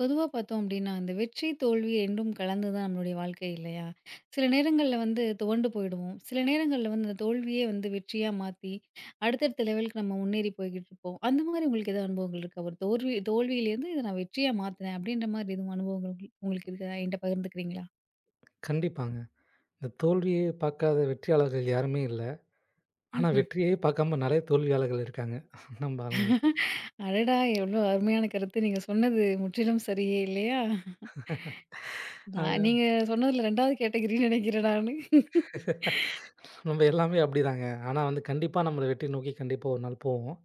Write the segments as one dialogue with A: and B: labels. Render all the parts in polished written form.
A: பொதுவா பார்த்தோம் அப்டின்னா, அந்த வெற்றி, தோல்வி 2ம் கலந்து தான் நம்மளுடைய வாழ்க்கை இல்லையா? சில நேரங்கள்ல வந்து துவண்டு போயிடுவோம். சில நேரங்கள்ல வந்து அந்த தோல்வியே வந்து வெற்றியா மாத்தி, அடுத்தடுத்த லெவலுக்கு நம்ம முன்னேறி போய்க்கிட்டு இருப்போம். அந்த மாரி உங்களுக்கு ஏதாவது அனுபவங்கள் இருக்கா? ஒரு தோல்வி தோல்வியிலேருந்து இத நான் வெற்றியா மாத்துனேன் அப்டின்ற மாரி எதுவும் அனுபவங்கள் உங்களுக்கு இருக்கா? என்ட்ட பகிர்ந்துக்கிறீங்களா?
B: கண்டிப்பாங்க. இந்த தோல்வியே பார்க்காத வெற்றியாளர்கள் யாருமே இல்ல. ஆனா
A: ம்ஹ்ம்.
B: வெற்றியே பார்க்காம நெறைய தோல்வியாளர்கள் இருக்காங்க. நம்ம ஆளுங்கள்.
A: அடடா! எவ்ளோ அருமையான கருத்து. நீங்க சொன்னது முற்றிலும் சரியே இல்லையா? நான்
B: அ
A: நீங்க சொன்னதுல 2வது கேட்டகிரின்னு நெனைக்கிறேன் நானு.
B: நம்ம எல்லாமே அப்டிதாங்க. ஆனா வந்து கண்டிப்பா நம்மள வெற்றி நோக்கி கண்டிப்பா ஒரு நாள் போவோம்.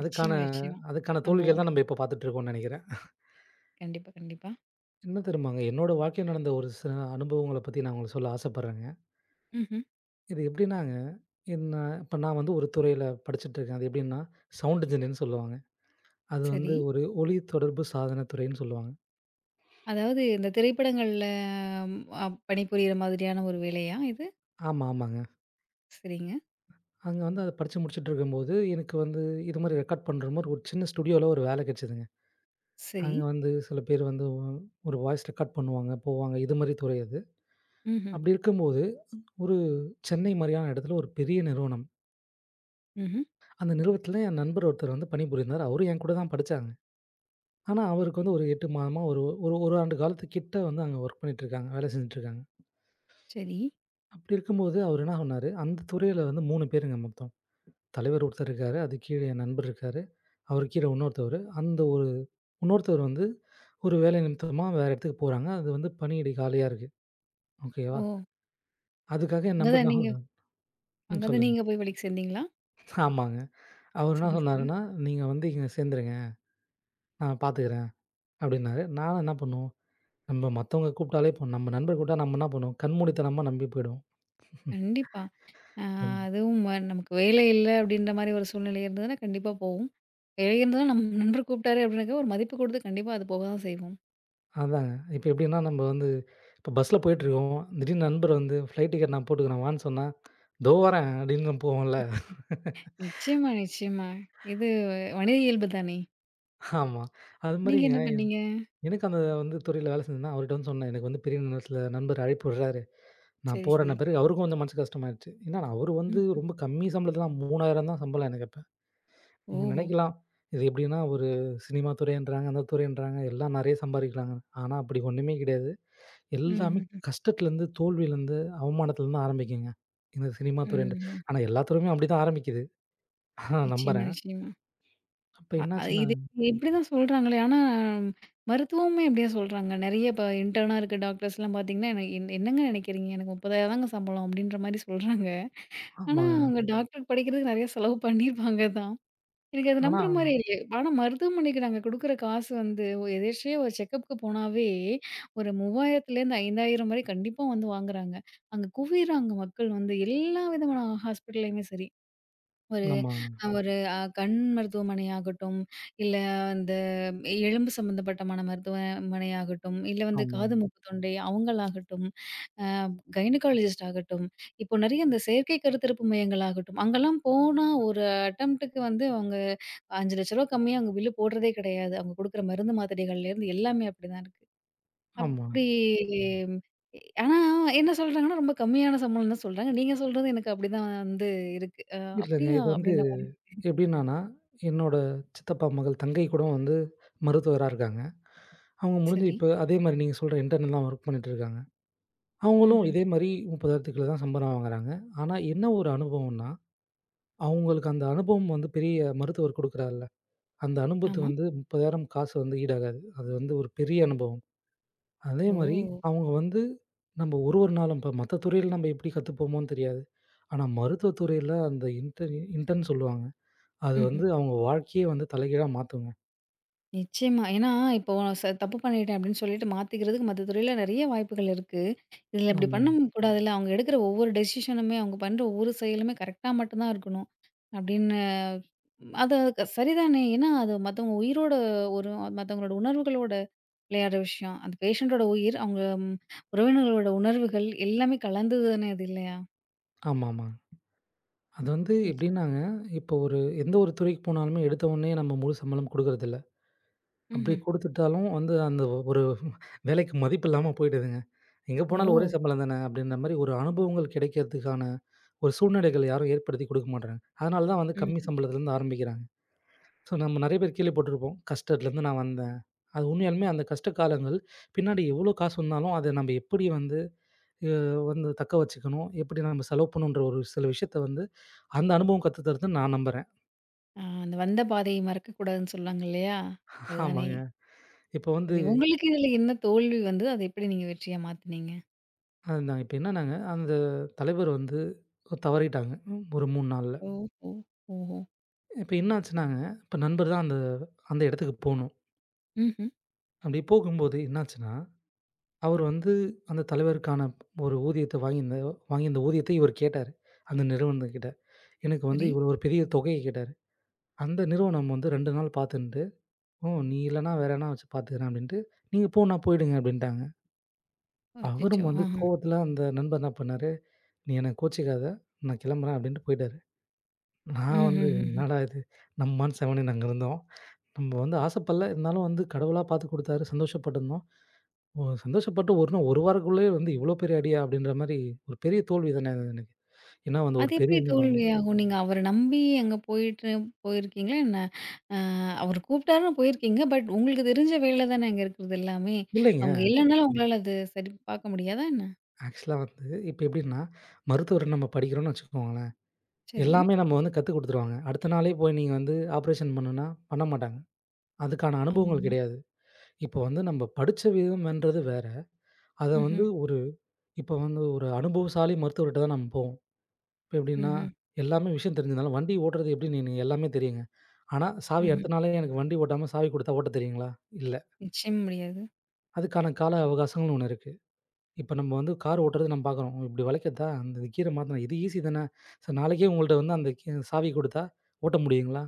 B: அதுக்கான
A: நிச்சயமா, நிச்சயமா.
B: அதுக்கான தோல்விகள்
A: நம்புவோம்.
B: தான் நம்ம இப்ப பார்த்துட்டு இருக்கோம்னு நெனைக்கிறேன்.
A: கண்டிப்பா, கண்டிப்பா.
B: என்ன தெரியுமாங்க, என்னோட வாழ்க்கையில நடந்த ஒரு சில அனுபவங்கள பத்தி நான் உங்களுக்கு சொல்ல ஆசைப்படுறேங்க.
A: ம்ஹ்ம்.
B: இது எப்டின்னாங்க, என்ன இப்ப நான் வந்து ஒரு துறையில படிச்சுட்டு இருக்கேன். அது எப்டின்னா, சவுண்ட் இன்ஜினியர்ன்னு சொல்லுவாங்க. அது
A: சரி.
B: வந்து ஒரு ஒலி தொடர்பு சாதன துறைன்னு சொல்லுவாங்க.
A: அதாவது இந்த திரைப்படங்கள்ல பணிபுரியிற மாதிரியான ஒரு வேலையா இது?
B: ஆமா, ஆமாங்க.
A: சரிங்க.
B: அங்க வந்து அத படிச்சு முடிச்சுட்டுருக்கும்போது, எனக்கு வந்து இது மாரி ரெக்கார்ட் பண்ற மாரி ஒரு சின்ன ஸ்டுடியோல ஒரு வேலை கிடைச்சதுங்க.
A: சரி.
B: அங்க வந்து சில பேர் வந்து ஒரு வாய்ஸ் ரெக்கார்ட் பண்ணுவாங்க, போவாங்க. இது மாரி துறை அது.
A: ம்ஹ்ம்.
B: அப்படி இருக்கும்போது, ஒரு சென்னை மாரியான இடத்துல ஒரு பெரிய நிறுவனம்.
A: ம்ஹ்ம்.
B: அந்த நிறுவனத்துல என் நண்பர் ஒருத்தர் வந்து பணிபுரிந்தார். அவரும் என் கூட தான் படிச்சாங்க. ஆனா, அவருக்கு வந்து ஒரு 8 மாதமா ஒரு ஒரு 1 ஆண்டு காலத்துக்கிட்ட வந்து அங்க ஒர்க் பண்ணிட்டுருக்காங்க. வேலை செஞ்சுட்டுருக்காங்க.
A: சரி.
B: அப்படி இருக்கும்போது, அவர் என்ன பண்ணாரு, அந்த துறையில வந்து 3 பேருங்க மொத்தம். தலைவர் ஒருத்தர் இருக்காரு. அதுக்கு கீழ என் நண்பர் இருக்காரு. அவருக்கு கீழ இன்னொருத்தவரு. அந்த ஒரு இன்னொருத்தவர் வந்து ஒரு வேலை நிமித்தமா வேற இடத்துக்கு போறாங்க. அது வந்து பணியிடை காலியா இருக்கு.
A: ஓ!
B: ஓகேவா? அதுக்காக என்
A: அங்க
B: நம்பர்
A: தான்
B: நான்
A: நீங்க
B: சொல்றேன்.
A: அங்க
B: ம்
A: தான்
B: சொல்லுங்க.
A: நீங்க போய் வேலைக்கு சேர்ந்தீங்களா?
B: ஆமாங்க. அவர் என்ன
A: சரி, சரி.
B: சொன்னாருன்னா, "நீங்க வந்து இங்க சேர்ந்துருங்க. நான் பார்த்துக்கிறேன்" அப்படின்னாரு. நானும் என்ன பண்ணுவோம், நம்ம மத்தவங்க கூப்பிட்டாலே இப்போ நம்ம நண்பர் கூப்பிட்டா நம்ம என்ன பண்ணுவோம், கண்மூடித்தனமா நம்பி போயிடுவோம்.
A: கண்டிப்பா. அ
B: என்
A: அதுவும் நமக்கு வேலை இல்ல அப்படின்ற மாரி ஒரு சூழ்நிலை இருந்ததுன்னா, கண்டிப்பா போவோம். வேலை இருந்தா நம்ம நண்பர் கூப்பிட்டாரு அப்படின்னாக்க ஒரு மதிப்பு கொடுத்து கண்டிப்பா அது போக தான் செய்வோம்.
B: அதாங்க. இப்ப எப்படின்னா நம்ம வந்து இப்ப பஸ்ல போயிட்டுருக்கோம். திடீர்னு நண்பர் வந்து "ஃப்ளைட் டிக்கெட் நான் போட்டுக்கிறேன் வான்னு" சொன்னா, "தோ வரேன்" அப்படின்னு நம்ம போவோம்ல.
A: நிச்சயமா, நிச்சயமா. இது மனித இயல்பு தானே.
B: ஆமா. அது
A: நீங்க
B: மாரிங்க
A: என்ன பண்ணீங்க?
B: எனக்கு அந்த வந்து துறையில வேலை செஞ்சேன்னா, அவர்ட்ட வந்து சொன்னேன். எனக்கு வந்து பெரிய நிறுவனத்தில நண்பர் அழைப்பு விடுறாரு. நான்
A: சரி, சரி.
B: போறேன்ன பிறகு அவருக்கும் கொஞ்சம் மனசு கஷ்டமாயிருச்சு. ஏன்னா அவரு வந்து
A: ம்.
B: ரொம்ப கம்மி சம்பளத்துல தான் 3,000 தான் சம்பளம் எனக்கு அப்ப. நீங்க
A: ஓஹோ!
B: நினைக்கலாம். இது எப்படின்னா ஒரு சினிமா துறைன்றாங்க, அந்த துறைன்றாங்க எல்லாம் நெறைய சம்பாதிக்கிறாங்க. ஆனா அப்படி ஒண்ணுமே கிடையாது. எல்லாமே
A: ம்ஹ்ஹ்ம்.
B: கஷ்டத்துலேருந்து, தோல்வியிலேருந்து, அவமானத்துலேருந்து ஆரம்பிக்குங்க. இந்த சினிமா துறைன்றது.
A: ம்ஹ்ம்.
B: ஆனா எல்லா துறையுமே அப்படிதான் ஆரம்பிக்குது. நான்
A: நிச்சயமா,
B: நம்புறேன்.
A: நிச்சயமா.
B: அப்ப
A: அ அ
B: என்னாச்சுன்னா
A: இது இப்படிதான் சொல்றாங்களே! ஆனா, மருத்துவமுமே இப்படியா சொல்றாங்க. நெறைய இப்ப இன்டர்னா இருக்க டாக்டர்ஸ்லாம் பார்த்தீங்கன்னா, "என என் என்னங்க நினைக்கிறீங்க? எனக்கு 30,000 தாங்க சம்பளம்." அப்படின்ற மாரி சொல்றாங்க. ஆனா,
B: ஆமாங்க.
A: அவங்க ம். டாக்டருக்கு படிக்கிறதுக்கு நெறைய செலவு பண்ணியிருப்பாங்க தான். எனக்கு அது நம்புற
B: ஆனா
A: மாரியே இல்ல. ஆனா, மருத்துவமனைக்கு நாங்க குடுக்குற காசு வந்து எதேர்ச்சியா ஒரு செக்கப்க்கு போனாவே, ஒரு 3,000லேருந்து 5,000 வரை கண்டிப்பா வந்து வாங்குறாங்க. அங்க குவிறாங்க மக்கள் வந்து எல்லா விதமான ஹாஸ்பிட்டல்லயுமே சரி. ஒரு
B: நம்ம
A: ஒரு அ கண் மருத்துவமனை ஆகட்டும், இல்ல அந்த எலும்பு சம்மந்தப்பட்டமான மருத்துவமனை ஆகட்டும், இல்ல வந்து காது,
B: ஆமாங்க,
A: மூக்கு, தொண்டை அவங்களாகட்டும், கைனகாலஜிஸ்ட் ஆகட்டும், இப்போ நெறைய இந்த செயற்கை கருத்திருப்பு மையங்கள் ஆகட்டும், அங்கலாம் போனா ஒரு அட்டெம்ப்ட்டுக்கு வந்து அவங்க ரூ. 5,00,000 கம்மியா அவங்க பில்லு போடுறதே கிடையாது. அவங்க குடுக்குற மருந்து மாத்திரைகள்லேருந்து எல்லாமே அப்படிதான் இருக்கு.
B: ஆமாங்க.
A: அப்படி ம், ஆனா என்ன சொல்றாங்கன்னா, ரொம்ப கம்மியான சம்பளம் தான் சொல்றாங்க. நீங்க சொல்றது எனக்கு அப்படிதான் வந்து இருக்கு.
B: இல்லங்க.
A: அப்படியா?
B: இது வந்து
A: அப்படின்ற மாரி.
B: எப்படின்னான்னா, என்னோட சித்தப்பா மகள் தங்கை கூட வந்து மருத்துவரா இருக்காங்க. அவங்க முடிஞ்சு
A: சரி.
B: இப்ப அதே மாரி நீங்க சொல்ற இன்டர்னல் தான் வொர்க் பண்ணிட்டு இருக்காங்க. அவங்களும்
A: ம்ஹ்ம்.
B: இதே மாரி 30,000க்குள்ள தான் சம்பளம் வாங்குறாங்க. ஆனா என்ன ஒரு அனுபவம்ன்னா, அவங்களுக்கு அந்த அனுபவம் வந்து பெரிய மருத்துவர் கொடுக்குறார்ல, அந்த அனுபவத்து
A: ஆமா.
B: வந்து 30,000 காசு வந்து ஈடாகாது. அது வந்து ஒரு பெரிய அனுபவம். அதே மாரி
A: ஓ!
B: அவங்க வந்து நம்ம ஒரு ஒரு நாளும் இப்ப மத்த துறையில நம்ம எப்படி கத்துப்போமோன்னு தெரியாது. ஆனா மருத்துவ துறையில அந்த இன்டர்ன் சொல்லுவாங்க. அது
A: ம்ஹ்ம்.
B: வந்து அவங்க வாழ்க்கையே வந்து தலைகீழா மாத்துங்க.
A: நிச்சயமா. ஏன்னா, இப்போ தப்பு பண்ணிட்டேன் அப்படின்னு சொல்லிட்டு மாத்திக்கிறதுக்கு மத்த துறையில நெறைய வாய்ப்புகள் இருக்கு. இதில இப்படி
B: ஆமா.
A: பண்ண கூடாதுல்ல. அவங்க எடுக்கிற ஒவ்வொரு டெசிஷனுமே, அவங்க பண்ற ஒவ்வொரு செயலுமே கரெக்ட்டா மட்டும் தான் இருக்கணும். அப்படின்னு ம், அது சரிதானே. ஏன்னா, அது மத்தவங்க உயிரோட ஒரு மத்தவங்களோட உணர்வுகளோட விளையாடுற விஷயம். அந்த பேஷண்டோட உயிர், அவங்க ம், உறவினர்களோட உணர்வுகள் எல்லாமே கலந்தது தானே அது இல்லையா?
B: ஆமாமா. அது வந்து
A: நிச்சயமா.
B: எப்படின்னாங்க, இப்போ ஒரு எந்த ஒரு துறைக்கு போனாலுமே எடுத்த உடனே நம்ம முழு சம்பளம் குடுக்குறதில்ல. அப்படி
A: ம்ஹ்ம்.
B: குடுத்துட்டாலும் வந்து அந்த ஒரு வேலைக்கு மதிப்பு இல்லாம போயிடுதுங்க. எங்க போனாலும் ஒரே
A: ஓ!
B: சம்பளம் தானே அப்படின்ற மாரி ஒரு அனுபவங்கள் கிடைக்கிறதுக்கான ஒரு சூழ்நிலைகள் யாரும் ஏற்படுத்தி குடுக்க மாட்றாங்க. அதனால தான் வந்து கம்மி
A: ம்ஹ்ம்.
B: சம்பளத்துலேருந்து ஆரம்பிக்கிறாங்க. ஸோ நம்ம நெறைய பேர் கேள்விப்பட்டிருப்போம். கஷ்டத்துலேருந்து நான் வந்தேன். அது உண்மையாலுமே அந்த கஷ்ட காலங்கள் பின்னாடி எவ்வளோ காசு வந்தாலும் அத நம்ம எப்படி வந்து அ வந்து தக்க வச்சுக்கணும், எப்படி நம்ம செலவு பண்ணணுன்ற ஒரு சில விஷயத்த வந்து அந்த அனுபவம் கத்து தருதுன்னு நான் நம்புறேன்.
A: ஆ அந்த வந்த பாதையை மறக்கக்கூடாதுன்னு சொல்லுவாங்க இல்லையா? அதுதானே.
B: ஆமாங்க. இப்ப வந்து
A: சரி. உங்களுக்கு இதுல என்ன தோல்வி வந்து, அத எப்படி நீங்க வெற்றியா மாத்துனீங்க?
B: அதுதான். இப்ப என்னன்னாங்க, அந்த தலைவர் வந்து தவறிட்டாங்க. ஒரு 3 நாள்ல.
A: ஓஹோ! ஓஹோ!
B: இப்ப என்னாச்சுன்னாங்க, இப்ப நண்பர் தான் அந்த அந்த இடத்துக்கு போணும்.
A: ம்ஹ்ம்.
B: அப்படி போகும்போது என்னாச்சுன்னா, அவர் வந்து அந்த தலைவருக்கான ஒரு ஊதியத்த வாங்கியிருந்த வாங்கியிருந்த ஊதியத்த இவர் கேட்டாரு. அந்த நிறுவனத்துக்கிட்ட. எனக்கு வந்து
A: சரி.
B: இவ்வளோ ஒரு பெரிய தொகைய கேட்டாரு. அந்த நிறுவனம் வந்து 2 நாள் பார்த்துன்ட்டு, "ஓ! நீ இல்லன்னா வேற எதனா வச்சு பார்த்துக்கிறேன்" அப்படின்ட்டு, "நீங்க போன்னா போயிடுங்க" அப்படின்ட்டாங்க.
A: அச்சச்சோ!
B: அவரும் வந்து
A: ஆஹா.
B: கோவத்துல அந்த நண்பர் என்ன பண்ணாரு "நீ என்ன கோச்சிக்காத, நான் கிளம்புறேன்" அப்படின்ட்டு போயிட்டாரு. நான் வந்து
A: ம்ஹ்ஹ்ம்.
B: என்னடா இது! நம்ம பாட்டுக்கு செவனேன்னு அங்க இருந்தோம். நம்ம வந்து ஆசைப்படல, இருந்தாலும் வந்து கடவுளா பார்த்து குடுத்தாரு. சந்தோஷப்பட்டுருந்தோம். ஒ சந்தோஷப்பட்டு ஒரு 1 வாரக்குள்ளயே வந்து இவ்ளோ பெரிய அடியா! அப்படின்ற மாரி ஒரு பெரிய தோல்வி தானே அது எனக்கு. ஏன்னா வந்து
A: அது
B: ஒரு பெரிய
A: எப்படி
B: நிறுவனம்
A: தோல்வியாகும்? நீங்க அவர நம்பி அங்க போயிட்டு போயிருக்கீங்களா என்ன? அ அவரு கூப்பிட்டாருன்னு போயிருக்கீங்க. பட் உங்களுக்கு தெரிஞ்ச வேல தானே அங்க இருக்கிறது எல்லாமே.
B: இல்லைங்க.
A: அவங்க இல்லனாலும் உங்களால அது சரி பார்க்க முடியாதா என்ன?
B: ஆக்சுவலா வந்து இப்ப எப்படின்னா, மருத்துவர் நம்ம படிக்கிறோம்னு வச்சுக்கோங்களேன்,
A: சரி.
B: எல்லாமே நம்ம வந்து கத்துக் குடுத்துருவாங்க. அடுத்த நாளே போய் நீங்க வந்து ஆப்ரேஷன் பண்ணுனா பண்ண மாட்டாங்க. அதுக்கான அனுபவங்கள்
A: ஆமாமா.
B: கிடையாது. இப்ப வந்து நம்ம படிச்ச விதம்ன்றது வேற. அத வந்து
A: ம்ஹ்ம்.
B: இப்போ வந்து ஒரு அனுபவசாலி மருத்துவர்ட்ட தான் நம்ம போவோம். இப்ப எப்படின்னா,
A: ம்ஹ்ம்.
B: எல்லாமே விஷயம் தெரிஞ்சதுனால வண்டி ஓட்டுறது எப்படின்னு எனக்கு எல்லாமே தெரியுங்க. ஆனா, சாவி
A: ம்ஹ்ம்.
B: அடுத்த நாளே எனக்கு வண்டி ஓட்டாம சாவி குடுத்தா ஓட்ட தெரியுங்களா? இல்ல.
A: நிச்சயமா முடியாது.
B: அதுக்கான கால அவகாசங்கள்னு ஒண்ணு இருக்கு. இப்ப நம்ம வந்து கார் ஓட்டுறது நம்ம பார்க்குறோம். இப்படி வளைக்கிறதா? அந்த கீர மாத்தணும். இது ஈஸி தானே. சரி நாளைக்கே உங்கள்ட்ட வந்து அந்த சாவி குடுத்தா ஓட்ட முடியுங்களா?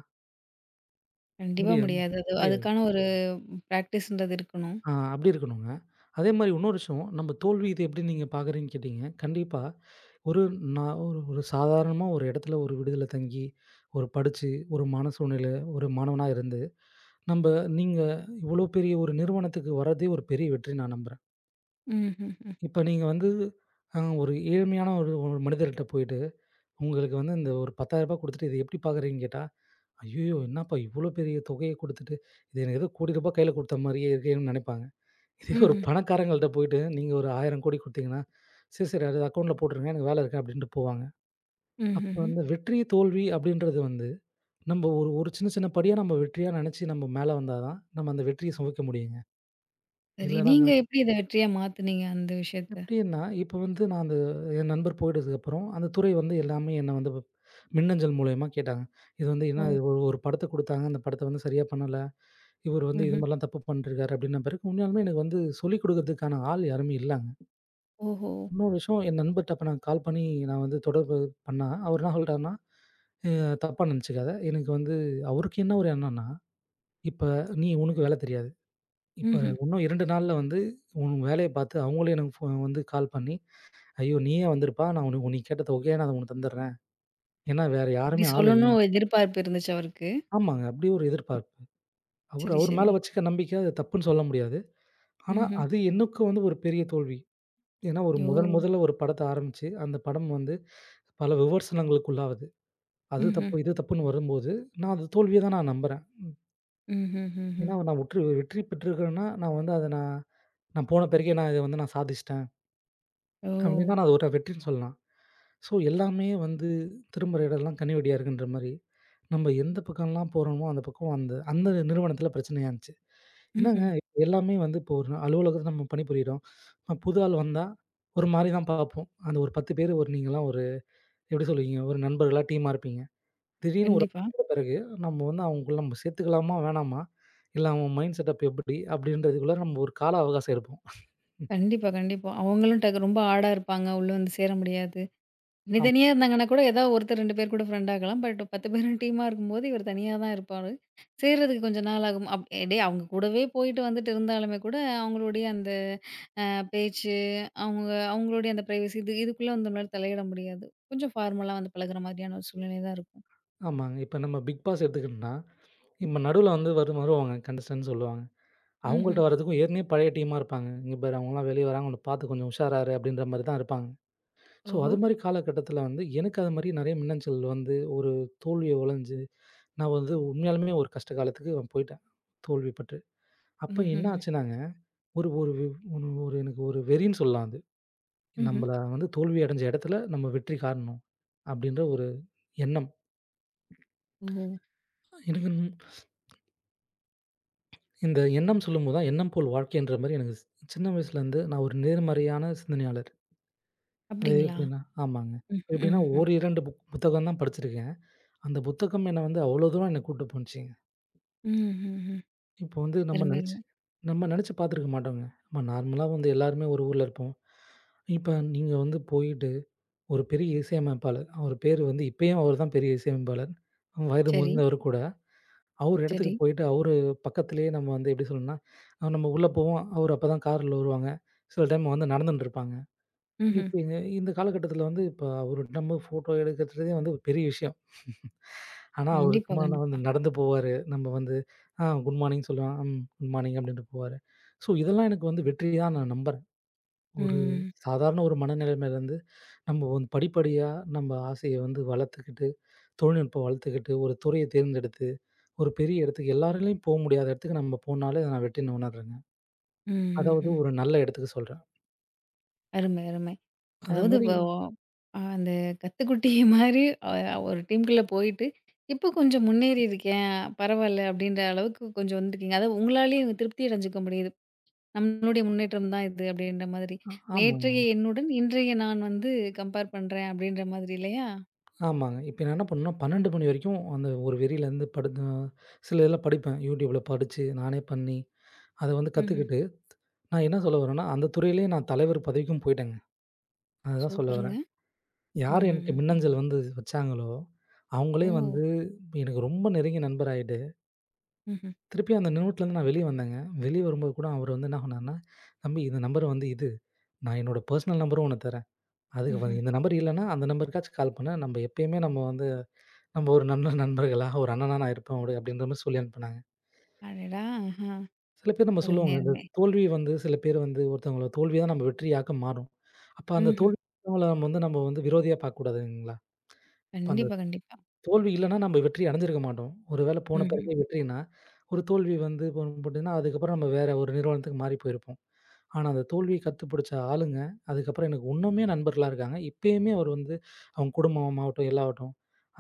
A: கண்டிப்பா
B: முடியும்
A: முடியாது. அது
B: முடியாது.
A: அதுக்கான ஒரு பிராக்டிஸ்ன்றது இருக்கணும்.
B: ஆ அப்படி இருக்கணுங்க. அதே மாரி இன்னொரு விஷயம், நம்ம தோல்வி இது எப்படி நீங்க பார்க்குறீங்கன்னு கேட்டீங்க. கண்டிப்பா ஒரு நான் ஒரு ஒரு சாதாரணமா ஒரு இடத்துல ஒரு விடுதில தங்கி, ஒரு படிச்சு, ஒரு மன சூழ்நிலை ஒரு மாணவனா இருந்து, நம்ப நீங்க இவ்வளோ பெரிய ஒரு நிறுவனத்துக்கு வர்றதே ஒரு பெரிய வெற்றி நான் நம்புறேன்.
A: ம்ஹ்ஹ்ம்.
B: இப்ப நீங்க வந்து ஒரு ஏழ்மையான ஒரு ஒரு மனிதர்ட்ட போயிட்டு, உங்களுக்கு வந்து இந்த ஒரு ரூ. 10,000 குடுத்துட்டு இத எப்படி பார்க்குறீங்கன்னு கேட்டா, "ஐய்யயோ! என்னப்பா இவ்வளோ பெரிய தொகைய குடுத்துட்டு, இது எனக்கு ஏதோ ரூ. 1,00,00,000 கையில குடுத்த மாரியே இருக்கேன்னு" நெனைப்பாங்க. இதே ஒரு
A: ம்ஹ்ம்.
B: பணக்காரங்கள்ட்ட போயிட்டு, நீங்க ஒரு 1000 கோடி குடுத்தீங்கன்னா, "சரி, சரி அது அக்கவுண்ட்ல போட்டுருங்க. எனக்கு வேலை இருக்கு" அப்படின்ட்டு போவாங்க. அப்ப
A: ம்ஹ்ஹ்ம்.
B: வந்து வெற்றி, தோல்வி அப்படின்றது வந்து, நம்ம ஒரு ஒரு சின்ன சின்ன படியா நம்ம வெற்றியா நெனச்சு நம்ம மேல வந்தா தான், நம்ம அந்த வெற்றிய சுவைக்க முடியுங்க.
A: சரி.
B: இல்ல
A: நீங்க
B: நம்ம
A: எப்படி இத வெற்றியா மாத்துனீங்க அந்த விஷயத்த?
B: எப்படின்னா, இப்ப வந்து நான் அந்த என் நண்பர் போயிட்டதுக்கப்புறம், அந்த துறை வந்து எல்லாமே என்ன வந்து மின்னஞ்சல் மூலியமா கேட்டாங்க. இது வந்து என்ன
A: ஓ!
B: இது ஒரு ஒரு படத்த குடுத்தாங்க. அந்த படத்த வந்து சரியா பண்ணல. இவரு வந்து இது
A: ம்ஹ்ம்.
B: மாரிலாம் தப்பு பண்ணிட்டுருக்காரு அப்படின்ன பிறகு, உண்மையாலுமே எனக்கு வந்து சொல்லிக் குடுக்கறதுக்கான ஆள் யாருமே இல்லங்க.
A: ஓஹோ!
B: இன்னொரு விஷயம் என் நண்பர்ட்ட அப்ப நான் கால் பண்ணி நான் வந்து தொடர்பு பண்ணா, அவர் என்ன சொல்ட்டாருன்னா, "அ தப்பா நெனச்சுக்காத. எனக்கு வந்து" அவருக்கு என்ன ஒரு எண்ணம்னா இப்ப நீ உனக்கு வேலை தெரியாது. இப்ப
A: ம்ஹ்ம்.
B: இன்னும் 2 நாள்ல வந்து உன் வேலைய பார்த்து அவங்களே எனக்கு வந்து கால் பண்ணி, "ஐயோ! நீயே வந்திருப்பா. நான் உனக்கு நீ கேட்ட தொகைய நான் உனக்கு தந்துடுறேன்." ஏன்னா வேற
A: அப்படி
B: யாருமே ஆள்
A: சொல்லணும்னு
B: இல்ல.
A: ஒரு எதிர்பார்ப்பு இருந்துச்சு அவருக்கு.
B: ஆமாங்க. அப்படி ஒரு எதிர்பார்ப்பு. அவரு
A: சரி,
B: அவர்
A: சரி.
B: மேல வச்சுக்க நம்பிக்கை அது தப்புன்னு சொல்ல முடியாது. ஆனா
A: ம்ஹ்ம்.
B: அது எனக்கு வந்து ஒரு பெரிய தோல்வி. ஏன்னா ஒரு
A: ஓ!
B: முதல் முதல்ல ஒரு படத்த ஆரம்பிச்சு, அந்த படம் வந்து பல விமர்சனங்களுக்கு உள்ளாவுது. அது
A: ம்ஹ்ம்.
B: தப்பு, இது தப்புன்னு வரும்போது, நான் அது தோல்விய தான் நான் நம்புறேன்.
A: ம்ஹ்ம், ம்ஹ்ம்.
B: ஏன்னா நான் உற்று வெற்றி பெற்றிருக்கிறேன்னா, நான் வந்து அத நான் நான் போன பிறகே நான் இத வந்து நான் சாதிச்சுட்டேன்.
A: ஓ!
B: அப்டின்னா, நான் அது ஒரு வெற்றின்னு சொல்லலாம். ஸோ, எல்லாமே வந்து திரும்புற இடம்லாம் கனி வெடியா இருக்குன்ற மாரி, நம்ம எந்த பக்கம்லாம் போறோமோ, அந்த பக்கம் அந்த அந்த நிறுவனத்தில பிரச்சனையா இருந்துச்சு. என்னங்க
A: ம்ஹ்ம்.
B: இப்ப எல்லாமே வந்து இப்போ ஒரு அலுவலகத்தில நம்ம பணிபுரியிறோம். புது ஆள் வந்தா, ஒரு மாரி தான் பார்ப்போம். அந்த ஒரு 10 பேர் ஒரு நீங்கலாம் ஒரு எப்டி சொல்லுவீங்க? ஒரு நண்பர்களா, டீமா இருப்பீங்க. திடீர்னு ஒரு
A: கண்டிப்பா.
B: ஆள் வந்த பிறகு நம்ம வந்து அவங்களுக்குள்ள நம்ம சேர்த்துக்கலாமா? வேணாமா? இல்ல அவன் மைண்ட் செட்டப் எப்டி? அப்டின்றதுக்குள்ள நம்ம ஒரு கால அவகாசம் எடுப்போம்.
A: கண்டிப்பா, கண்டிப்பா. அவங்களும் டக்கு ரொம்ப ஆடா இருப்பாங்க. உள்ள வந்து சேர முடியாது. நீ
B: ஆமா,
A: தனியா இருந்தாங்கன்னா கூட ஏதாவது ஒருத்தர் 2 பேர் கூட ஃப்ரெண்ட் ஆகலாம். பட் 10 பேரும் டீமா இருக்கும்போது இவர் தனியா தான் இருப்பாரு. சேர்றதுக்கு கொஞ்சம் நாள் ஆகும். டேய் அவங்க கூடவே போயிட்டு வந்துட்டு இருந்தாலுமே கூட அவங்களுடைய அந்த பேச்சு, அவங்க அவங்களுடைய அந்த பிரைவசி இது இதுக்குள்ள வந்து நம்மளால தலையிட முடியாது. கொஞ்சம் ஃபார்மலா வந்து பழகுற மாதிரியான ஒரு சூழ்நிலை தான் இருக்கும்.
B: ஆமாங்க. இப்ப நம்ம பிக் பாஸ் எடுத்துக்கிட்டோம்னா இப்ப நடுவுல வந்து வருவாங்க கண்டஸ்டன்ட்ன்னு சொல்லுவாங்க.
A: ம்ஹ்ம்.
B: அவங்கள்ட்ட வரதுக்கும் ஏற்கனவே பழைய டீமா இருப்பாங்க. இங்க பாரு அவங்கலாம் வெளிய வராங்க உன்ன பார்த்து கொஞ்சம் உஷாராரு அப்படின்ற மாரி தான் இருப்பாங்க. ஸோ
A: ஓஹோ!
B: அது மாரி காலகட்டத்தில வந்து எனக்கு அது மாரி நெறைய மின்னஞ்சல் வந்து ஒரு தோல்விய ஒளஞ்சு, நான் வந்து உண்மையாலுமே ஒரு கஷ்ட காலத்துக்கு நான் போயிட்டேன். தோல்விப்பட்டு. அப்ப என்ன
A: ம்ஹ்ஹ்ம்.
B: ஆச்சுனாங்க, ஒரு ஒரு வி- ஒரு ஒரு எனக்கு ஒரு வெறின்னு சொல்லலாம் அது.
A: ம்ஹ்ம்.
B: நம்மள வந்து தோல்வி அடைஞ்ச இடத்துல நம்ம வெற்றி காணணும். அப்படின்ற ஒரு எண்ணம்.
A: ஓ!
B: எனக்கு இந்த எண்ணம் சொல்லும்போது தான், எண்ணம் போல் வாழ்க்கைன்ற மாரி எனக்கு சின்ன வயசுலேருந்து நான் ஒரு நேர்மறையான சிந்தனையாளர். அது
A: அப்படிங்களா?
B: எப்படின்னா ஆமாங்க. இப்ப
A: ம்ஹ்ம்.
B: எப்படின்னா
A: ம்ஹ்ஹ்ம்.
B: ஒரு 2 புக் புத்தகம் தான் படிச்சிருக்கேன். அந்த புத்தகம் என்ன வந்து அவ்வளோ தூரம் என்ன கூட்டு போனுச்சுங்க.
A: ம்ஹ்ஹ்ம்.
B: இப்போ வந்து நம்ம
A: அருமை,
B: நெனச்சு
A: அருமை.
B: நம்ம நெனச்சு பார்த்துருக்க மாட்டோங்க. நம்ம நார்மலா வந்து எல்லாருமே ஒரு ஊர்ல இருப்போம். இப்ப நீங்க வந்து போயிட்டு ஒரு பெரிய இசையமைப்பாளர். அவர் பேரு வந்து இப்பயும் அவர் தான் பெரிய இசையமைப்பாளர். வயது
A: சரி,
B: முதிர்ந்தவர் கூட. அவரு
A: சரி.
B: இடத்துக்கு போயிட்டு, அவரு பக்கத்திலேயே நம்ம வந்து எப்படி சொல்லணும்னா, நம்ம உள்ள போவோம். அவரு அப்பதான் கார்ல வருவாங்க. சில டைம் வந்து நடந்துன்ட்டு இருப்பாங்க.
A: ம்ஹ்ம்.
B: இப்ப இந்த இந்த காலகட்டத்தில வந்து இப்ப அவரு நம்ம ஃபோட்டோ எடுக்கிறதே வந்து ஒரு பெரிய விஷயம். ஆனா, அவரு
A: கண்டிப்பா,
B: சும்மா நான்
A: கண்டிப்பா.
B: வந்து நடந்து போவாரு. நம்ம வந்து ஆ குட் மார்னிங் சொல்லுவேன். ம் குட் மார்னிங் அப்படின்ட்டு போவாரு. ஸோ இதெல்லாம் எனக்கு வந்து வெற்றியா நான் நம்புறேன். ஒரு
A: ம்.
B: சாதாரண ஒரு மனநிலைமையிலேருந்து நம்ம வந்து படிப்படியா நம்ம ஆசைய வந்து வளர்த்துக்கிட்டு, தொழில்நுட்பம் வளர்த்துக்கிட்டு, ஒரு துறைய தேர்ந்தெடுத்து ஒரு பெரிய இடத்துக்கு எல்லாராலயும் போ முடியாத இடத்துக்கு நம்ம போனாலே நான் வெற்றின்னு உணர்றேங்க. அதாவது
A: ம்ஹ்ஹ்ம்.
B: ஒரு நல்ல இடத்துக்கு சொல்றேன்.
A: அருமை, அருமை.
B: அது
A: அதாவது
B: மாரி
A: இப்போ அந்த கத்துக்குட்டி மாரி அ ஒரு டீம்குள்ள போயிட்டு, இப்போ கொஞ்சம் முன்னேறி இருக்கேன், பரவால்ல அப்படின்ற அளவுக்கு கொஞ்சம் வந்திருக்கீங்க. அதாவது உங்களாலேயே திருப்தி அடைஞ்சுக்க முடியுது. நம்மளுடைய முன்னேற்றம் தான் இது அப்படின்ற மாதிரி.
B: அ ஆமாங்க,
A: நேற்றைய எண்ணுடன் இன்றைய நான் வந்து கம்பேர் பண்றேன் அப்படின்ற மாதிரி இல்லையா?
B: ஆமாங்க. இப்ப நான் என்ன பண்ணேன்னா 12 மணி வரைக்கும் அந்த ஒரு வெறியிலேருந்து படுத்து சில இதெல்லாம் படிப்பேன். YouTubeல படிச்சு நானே பண்ணி அத வந்து
A: ம்ஹ்ம்.
B: கத்துக்கிட்டு, நான் என்ன சொல்ல வரேன்னா, அந்த துறையிலேயே நான் தலைவர் பதவிக்கும் போயிட்டேங்க. அதுதான் சொல்ல வரேன்.
A: சூப்பருங்க.
B: யார் எனக்கு
A: ம்ஹ்ஹ்ஹ்ம்.
B: மின்னஞ்சல் வந்து வச்சாங்களோ,
A: ஓ!
B: அவங்களே வந்து எனக்கு ரொம்ப நெருங்கிய நண்பர் ஆயிட்டாங்க.
A: ம்ஹ்ம்.
B: திருப்பி அந்த நோட்லருந்து நான் வெளிய வந்தேங்க. வெளிய வரும்போது கூட அவரு வந்து என்ன சொன்னாருன்னா, "தம்பி இந்த நம்பர் வந்து இது. நான் என்னோட பர்சனல் நம்பரும் உனக்கு தரேன். அதுக்கு
A: ம்ஹ்ம்.
B: இந்த நம்பர் இல்லன்னா, அந்த நம்பருக்காச்சும் கால் பண்ணு. நம்ப எப்பயுமே நம்ம வந்து நம்ம ஒரு நல்ல நண்பர்களா, ஒரு அண்ணனா நான் இருப்பேன் உனக்கு" அப்படின்ற மாரி சொல்லி அனுப்புனாங்க.
A: அடடா! ஆஹா.
B: சில பேர் நம்ம
A: அருமை,
B: சொல்லுவோங்க, இந்த
A: அருமை.
B: தோல்வி வந்து சில பேர் வந்து ஒருத்தவங்களோட தோல்வி தான் நம்ம வெற்றியாக்க மாறும். அப்ப அந்த
A: ம்ஹ்ம்.
B: தோல்வி நம்ம வந்து விரோதியா பார்க்கக்கூடாது இல்லைங்களா? இப்ப அந்த
A: கண்டிப்பா, கண்டிப்பா.
B: தோல்வி இல்லன்னா நம்ம வெற்றி அடைஞ்சிருக்க மாட்டோம். ஒரு வேள போன
A: ம்ஹ்ம்.
B: பிறகு வெற்றினா, ஒரு தோல்வி வந்து போட்டுன்னா அதுக்கப்புறம் நம்ம வேற ஒரு நிறுவனத்துக்கு மாறி போயிருப்போம். ஆனா, அந்த தோல்விய கத்துப்பிடிச்ச ஆளுங்க, அதுக்கப்புறம் எனக்கு இன்னுமே நண்பர்களா இருக்காங்க. இப்பயுமே அவர் வந்து அவங்க குடும்பமாகட்டும், எல்லாவட்டும்,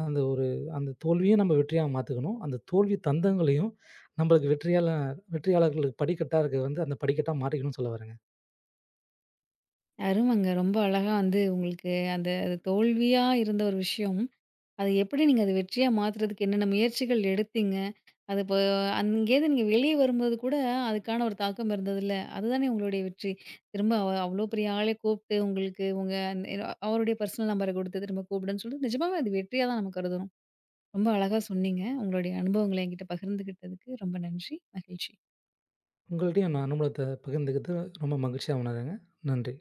B: அந்த ஒரு அந்த தோல்வியும் நம்ம வெற்றியா மாத்துக்கணும். அந்த தோல்வி தந்தங்களையும் நம்மளுக்கு வெற்றியாளர்களுக்கு படிக்கட்டா இருக்க வந்து அந்த படிக்கட்டா மாத்திக்கணும்னு சொல்ல வரேங்க.
A: அருமங்க. ரொம்ப அழகா வந்து உங்களுக்கு அந்த அது தோல்வியா இருந்த ஒரு விஷயம், அதை எப்படி நீங்க அத வெற்றியா மாத்துறதுக்கு என்னென்ன முயற்சிகள் எடுத்தீங்க? அது இப்போ அங்கேருந்து நீங்க வெளிய வரும்போது கூட, அதுக்கான ஒரு தாக்கம் இருந்ததுல்ல. அதுதானே உங்களுடைய வெற்றி. திரும்ப அவ்ளோ பெரிய ஆளே கூப்ட்டு உங்களுக்கு உங்க அந் அவருடைய பர்சனல் நம்பர குடுத்து திரும்ப கூப்பிடுன்னு சொல்லிட்டு, நிஜமாவே அது வெற்றியா தான் நம்ம கருதணும். ரொம்ப அழகா சொன்னீங்க. உங்களுடைய அனுபவங்கள என்கிட்ட பகிர்ந்துகிட்டதுக்கு ரொம்ப நன்றி. மகிழ்ச்சி.
B: உங்கள்ட்டயும் நான் அனுபவத்த பகிர்ந்துக்கிட்டு ரொம்ப மகிழ்ச்சியா உணர்றேங்க. நன்றி.